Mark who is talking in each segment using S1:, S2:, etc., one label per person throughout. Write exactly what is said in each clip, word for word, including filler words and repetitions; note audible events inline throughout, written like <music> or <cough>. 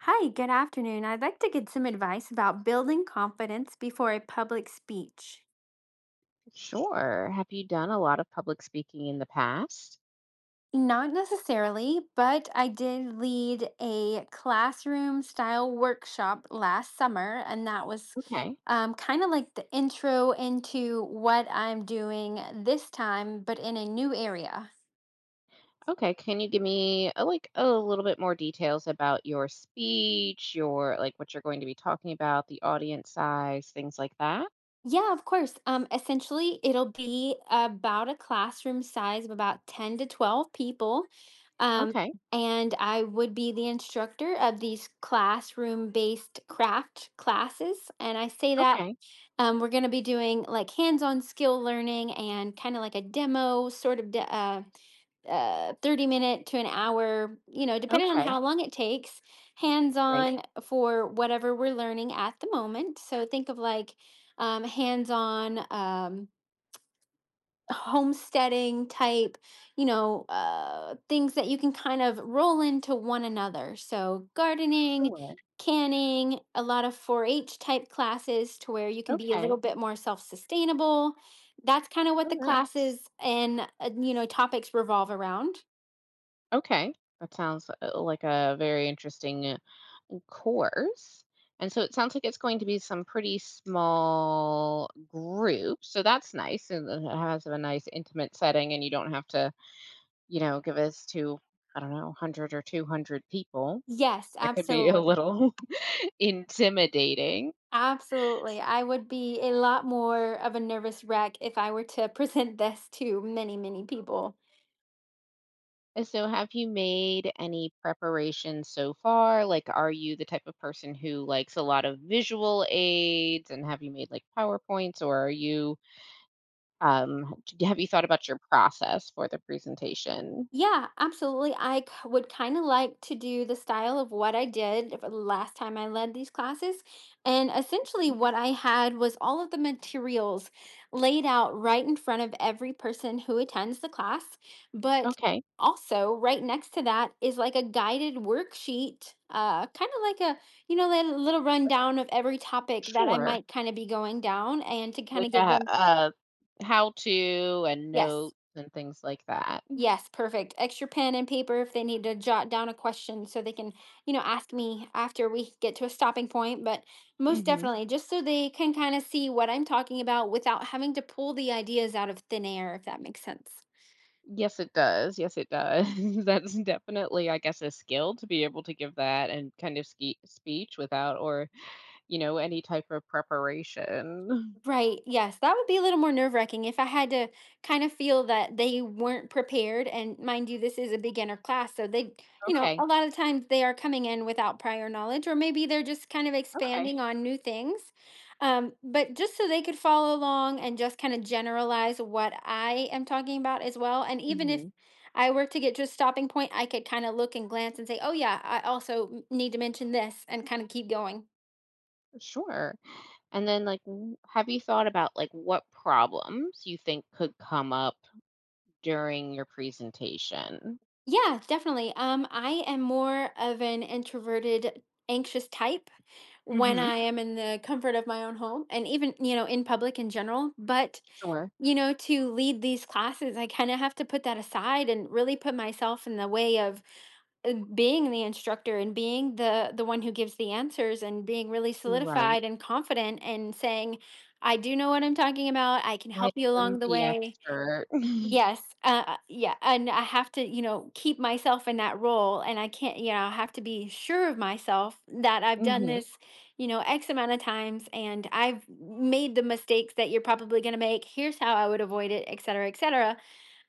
S1: Hi, good afternoon. I'd like to get some advice about building confidence before a public speech.
S2: Sure. Have you done a lot of public speaking in the past?
S1: Not necessarily, but I did lead a classroom style workshop last summer, and that was
S2: Okay.
S1: um, kind of like the intro into what I'm doing this time, but in a new area.
S2: Okay. Can you give me uh, like a little bit more details about your speech, your like what you're going to be talking about, the audience size, things like that?
S1: Yeah, of course. Um, essentially, it'll be about a classroom size of about ten to twelve people. Um,
S2: Okay.
S1: and I would be the instructor of these classroom based craft classes. And I say that
S2: Okay.
S1: um, we're going to be doing like hands on skill learning and kind of like a demo sort of. de- uh, uh thirty minute to an hour, you know, depending on
S2: Okay.
S1: how long it takes, hands
S2: Right.
S1: on, for whatever we're learning at the moment. So think of like um hands on, um homesteading type, you know, uh things that you can kind of roll into one another. So gardening,
S2: Sure.
S1: canning, a lot of 4-h type classes to where you can be a little
S2: Okay.
S1: bit more self-sustainable. That's kind of what
S2: Oh,
S1: the
S2: nice.
S1: classes and uh, you know, topics revolve around.
S2: Okay. That sounds uh, like a very interesting course. And so it sounds like it's going to be some pretty small groups. So that's nice. And it has a nice intimate setting, and you don't have to, you know, give us to, I don't know, one hundred or two hundred people.
S1: Yes,
S2: That could be a
S1: absolutely.
S2: little <laughs> intimidating.
S1: Absolutely. I would be a lot more of a nervous wreck if I were to <laughs> present this to many, many people.
S2: And so, have you made any preparations so far? Like, are you the type of person who likes a lot of visual aids? And have you made like PowerPoints, or are you Um, d have you thought about your process for the presentation?
S1: Yeah, absolutely. I k would kinda like to do the style of what I did for the last time I led these classes, and essentially
S2: Mhm.
S1: what I had was all of the materials laid out right in front of every person who attends the class, but
S2: Okay,
S1: also right next to that is like a guided worksheet, uh, kinda like a, you know, like a little rundown of every topic that I
S2: sure.
S1: might kinda be going down and to
S2: Like,
S1: kinda give
S2: a
S1: them.
S2: a how-to and
S1: Yes.
S2: notes and things like that.
S1: Yes, perfect. Extra pen and paper if they need to jot down a question so they can, you know, ask me after we get to a stopping point. But most
S2: Mhm.
S1: definitely, just so they can kind of see what I'm talking about without having to pull the ideas out of thin air, if that makes sense.
S2: Yes, it does. Yes, it does. <laughs> That's definitely, I guess, a skill to be able to give that and kind of ski speech without or, you know, any type of preparation.
S1: Right. Yes. That would be a little more nerve wracking if I had to kind of feel that they weren't prepared. And mind you, this is a beginner class. So they, you know,
S2: Okay,
S1: a lot of times they are coming in without prior knowledge, or maybe they're just kind of
S2: okay.
S1: expanding on new things. Um, but just so they could follow along and just kind of generalize what I am talking about as well. And even if
S2: Mhm.
S1: I were to get to a stopping point, I could kind of look and glance and say, oh, yeah, I also need to mention this and kind of keep going.
S2: Sure. And then, like, w have you thought about, like, what problems you think could come up during your presentation.
S1: Yeah, definitely. Um, I am more of an introverted, anxious type when
S2: Mhm.
S1: I am in the comfort of my own home and even, you know, in public in general. But,
S2: Sure.
S1: you know, to lead these classes, I kind of have to put that aside and really put myself in the way of uh, being the instructor and being the the one who gives the answers and being really
S2: Right.
S1: solidified and confident and saying, I do know what I'm talking about. I can
S2: I
S1: help you
S2: am
S1: along the
S2: the
S1: way.
S2: expert. <laughs>
S1: Yes, uh, uh, yeah, and I have to, you know, keep myself in that role, and I can't, you know, I have to be sure of myself that I've done
S2: Mhm.
S1: this, you know, X amount of times, and I've made the mistakes that you're probably going to make. Here's how I would avoid it, et cetera, et cetera.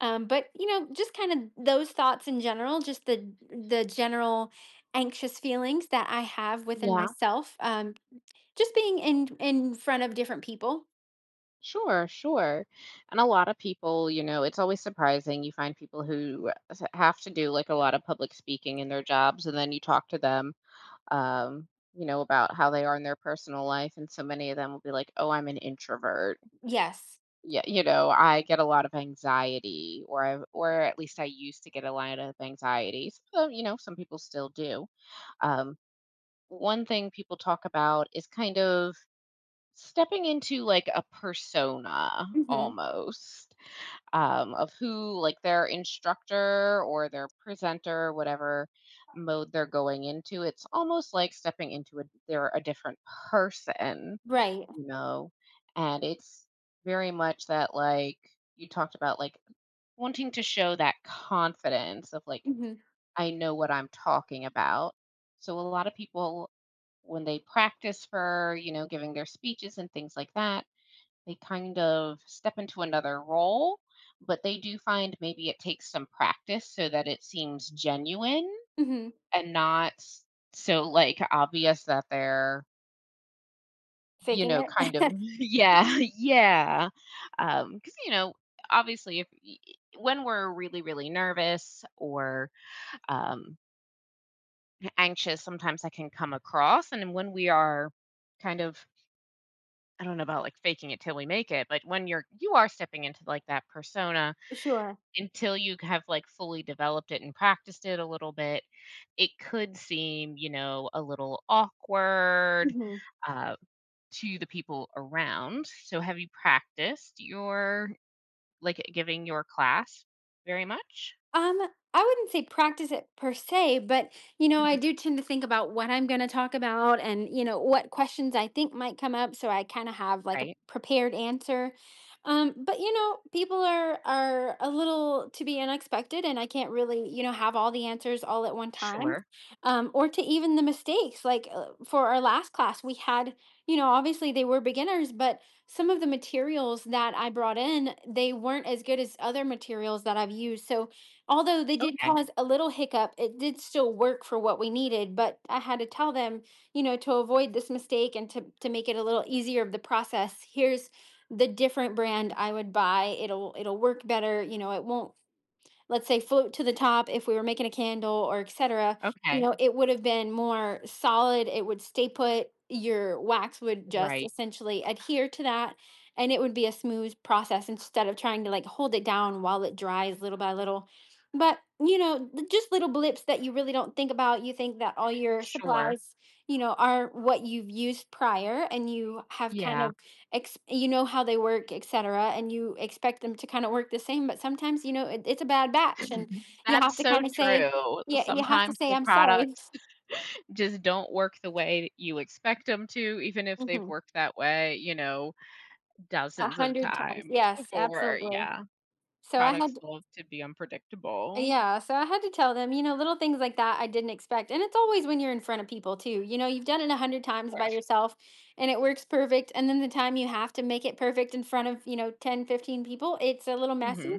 S1: Um, but you know, just kind of those thoughts in general, just the the general anxious feelings that I have within
S2: Yeah.
S1: myself, um, just being in in front of different people.
S2: Sure, sure. And a lot of people, you know, it's always surprising. You find people who s- have to do like a lot of public speaking in their jobs, and then you talk to them, um, you know, about how they are in their personal life. And so many of them will be like, oh, I'm an introvert.
S1: Yes.
S2: Yeah, you know, I get a lot of anxiety or I or at least I used to get a lot of anxiety. So, you know, some people still do. Um, One thing people talk about is kind of stepping into like a persona
S1: Hmm.
S2: almost, um, of who like their instructor or their presenter, whatever mode they're going into. It's almost like stepping into a they're a different person
S1: Right.
S2: you know and it's very much that, like, you talked about, like, wanting to show that confidence of, like,
S1: Hmm.
S2: I know what I'm talking about. So a lot of people when they practice for, you know giving their speeches and things like that, they kind of step into another role, but they do find maybe it takes some practice so that it seems genuine,
S1: Hmm.
S2: and not s- so like obvious that they're, you
S1: Faking
S2: know, kind of <laughs>
S1: it?
S2: yeah, <laughs> yeah. Because, you know, obviously if y- when we're really, really nervous or um anxious, sometimes that can come across, and then when we are kind of, I don't know about like faking it till we make it, but when you're you are stepping into like that persona
S1: <laughs> Sure.
S2: until you have, like, fully developed it and practiced it a little bit, it could seem, you know, a little awkward,
S1: Mhm.
S2: uh, to the people around. So have you practiced your like, giving your class very much?
S1: Um, I wouldn't say practice it per se, but you know, I
S2: Mhm.
S1: do tend to think about what I'm going to talk about and you know what questions I think might come up, so I kind of have like a
S2: Right.
S1: prepared answer. Um, but you know, people are are a little to be unexpected, and I can't really, you know, have all the answers all at one time,
S2: Sure.
S1: um, or to even the mistakes. Like uh, for our last class, we had, you know, obviously they were beginners, but some of the materials that I brought in, they weren't as good as other materials that I've used, so although they did
S2: Okay.
S1: cause a little hiccup, it did still work for what we needed. But I had to tell them, you know, to avoid this mistake and to, to make it a little easier of the process, here's the different brand I would buy. It'll it'll work better. You know, it won't, let's say, float to the top if we were making a candle or etc. You
S2: Okay.
S1: know, it would have been more solid, it would stay put, your wax would just
S2: Right.
S1: essentially adhere to that, and it would be a smooth process instead of trying to like hold it down while it dries little by little. But you know, th- just little blips that you really don't think about. You think that all your
S2: Sure.
S1: supplies, you know, are what you've used prior and you have kind
S2: Yeah.
S1: of ex- you know how they work, et cetera, and you expect them to kind of work the same. But sometimes, you know, it, it's a bad batch, and
S2: <laughs>
S1: you
S2: That's
S1: have to
S2: so
S1: kind of say,
S2: true.
S1: yeah, you have to
S2: Sometimes
S1: say,
S2: the
S1: I'm sorry.
S2: products just don't work the way you expect them to, even if they've
S1: Mhm.
S2: worked that way, you know?
S1: A
S2: Dozens of
S1: hundred times.
S2: time
S1: Yes,
S2: before,
S1: absolutely.
S2: yeah,
S1: So I
S2: products
S1: had,
S2: love to be unpredictable.
S1: yeah, so I had to tell them, you know, little things like that I didn't expect, and it's always when you're in front of people too. You know, you've done it a hundred
S2: Of
S1: times by
S2: course.
S1: yourself, and it works perfect, and then the time you have to make it perfect in front of, you know, ten, fifteen people, it's a little messy.
S2: Mhm.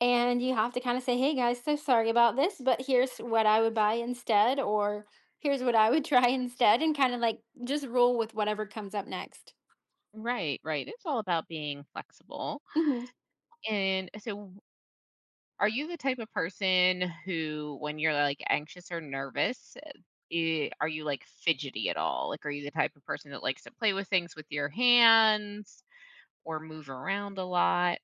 S1: And you have to kind of say, hey guys, so sorry about this, but here's what I would buy instead, or here's what I would <laughs> try instead, and kind of like just roll with whatever comes up next.
S2: Right, right, it's all about being flexible,
S1: Mhm.
S2: and so are you the type of person who, when you're, like, anxious or nervous, eh, are you, like, fidgety at all? Like, are you the type of person that likes to play with things with your hands or move around a lot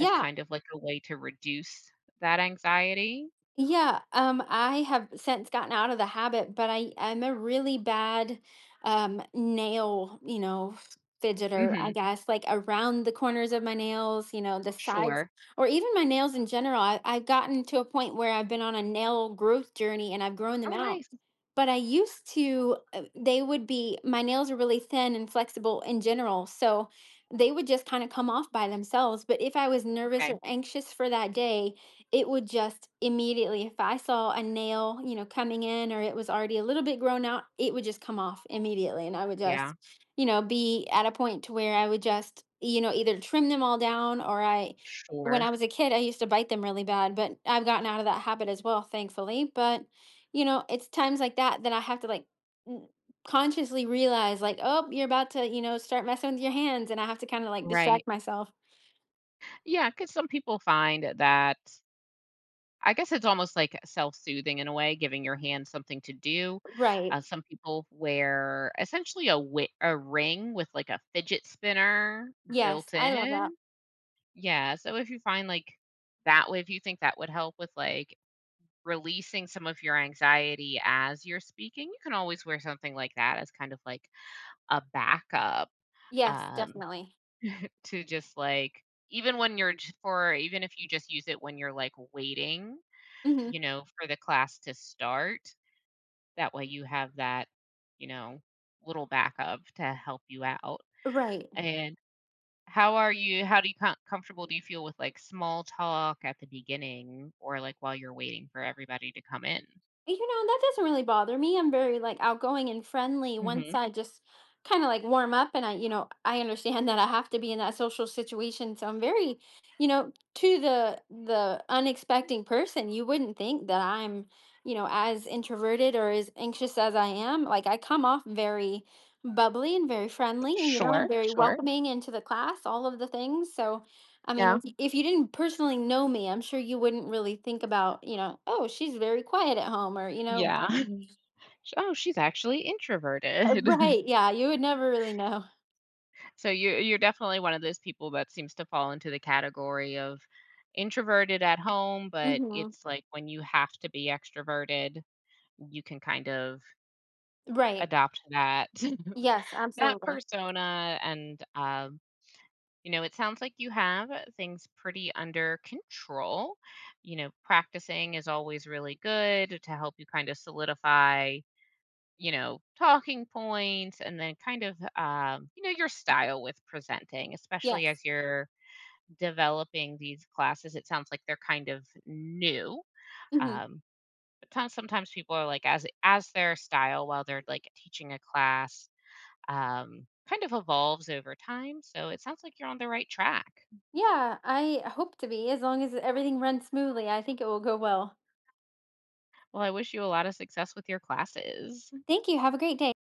S2: as kind of like a way to reduce that anxiety?
S1: yeah. Um, I have since gotten out of the habit, but I I'm a really bad um nail, you know, fidgeter, I
S2: Mhm.
S1: guess, like around the corners of my nails, you know, the sides
S2: Sure.
S1: or even my nails in general. I, I've gotten to a point where I've been on a nail growth journey and I've grown
S2: Oh,
S1: them out,
S2: nice.
S1: but I used to, uh, they would be, my nails are really thin and flexible in general. So they would just kind of come off by themselves. But if I was nervous
S2: Okay.
S1: or anxious for that day, it would just immediately, if I saw a nail, you know, coming in or it was already a little bit grown out, it would just come off immediately. And I would
S2: Yeah.
S1: just, you know, be at a point to where I would just, you know, either trim them all down or I, when
S2: Sure.
S1: I was a kid, I used to bite them really bad, but I've gotten out of that habit as well, thankfully. But you know, it's times like that that I have to, like, n consciously realize, like, "Oh, you're about to, you know, start messing with your hands," and I have to kinda, like,
S2: Right.
S1: distract myself.
S2: Yeah. Cause some people find that, I guess, it's almost like self-soothing in a way, giving your hand something to do.
S1: Right.
S2: Uh, some people wear essentially a wi a ring with, like, a fidget spinner
S1: Yes,
S2: built
S1: I love that.
S2: in. Yeah, so if you find, like, that way if you think that would help with, like, releasing some of your anxiety as you're speaking, you can always wear something like that as kind of like a backup,
S1: Yes,
S2: um,
S1: definitely.
S2: to just like even when you're j- for even if you just use it when you're like waiting,
S1: Mhm.
S2: you know, for the class to start, that way you have that, you know, little backup to help you out.
S1: Right.
S2: And how are you how do you com- comfortable do you feel with like small talk at the beginning or like while you're waiting for everybody to come in?
S1: You know, that doesn't really bother me. I'm very like outgoing and friendly once
S2: Mhm.
S1: I just kind of like warm up and I, you know, I understand that I have to be in that social situation. So I'm very, you know, to the the unexpecting person, you wouldn't think that I'm, you know, as introverted or as anxious as I am. Like I come off very bubbly and very friendly, you know, I'm
S2: Sure,
S1: very
S2: sure.
S1: welcoming into the class, all of the things. So I mean,
S2: Yeah.
S1: if if you didn't personally know me, I'm sure you wouldn't really think about, you know, "Oh, she's very quiet at home," or, you know.
S2: Yeah. <laughs> Oh, she's actually
S1: Uh,
S2: introverted.
S1: right,
S2: <laughs>
S1: yeah, you would never really know.
S2: So you're you're definitely one of those people that seems to fall into the category of introverted at home, but
S1: Mhm.
S2: it's like when you have to be extroverted, you can kind of
S1: Right.
S2: adopt that
S1: Yes,
S2: <laughs> that
S1: absolutely.
S2: persona. And um, you know, it sounds like you have things pretty under control. You know, practicing is always really good to help you kind of solidify, you know talking points, and then kind of, um, you know your style with presenting, especially
S1: Yes.
S2: as you're developing these classes. It sounds like they're kind of new.
S1: Mhm.
S2: Um, but ton- sometimes people are like as as their style while they're like teaching a class, um, kind of evolves over time. So it sounds like you're on the right track.
S1: Yeah, I hope to be, as long as everything runs smoothly, I think it will go well.
S2: Well, I wish you a lot of success with your classes.
S1: Thank you, have a great day.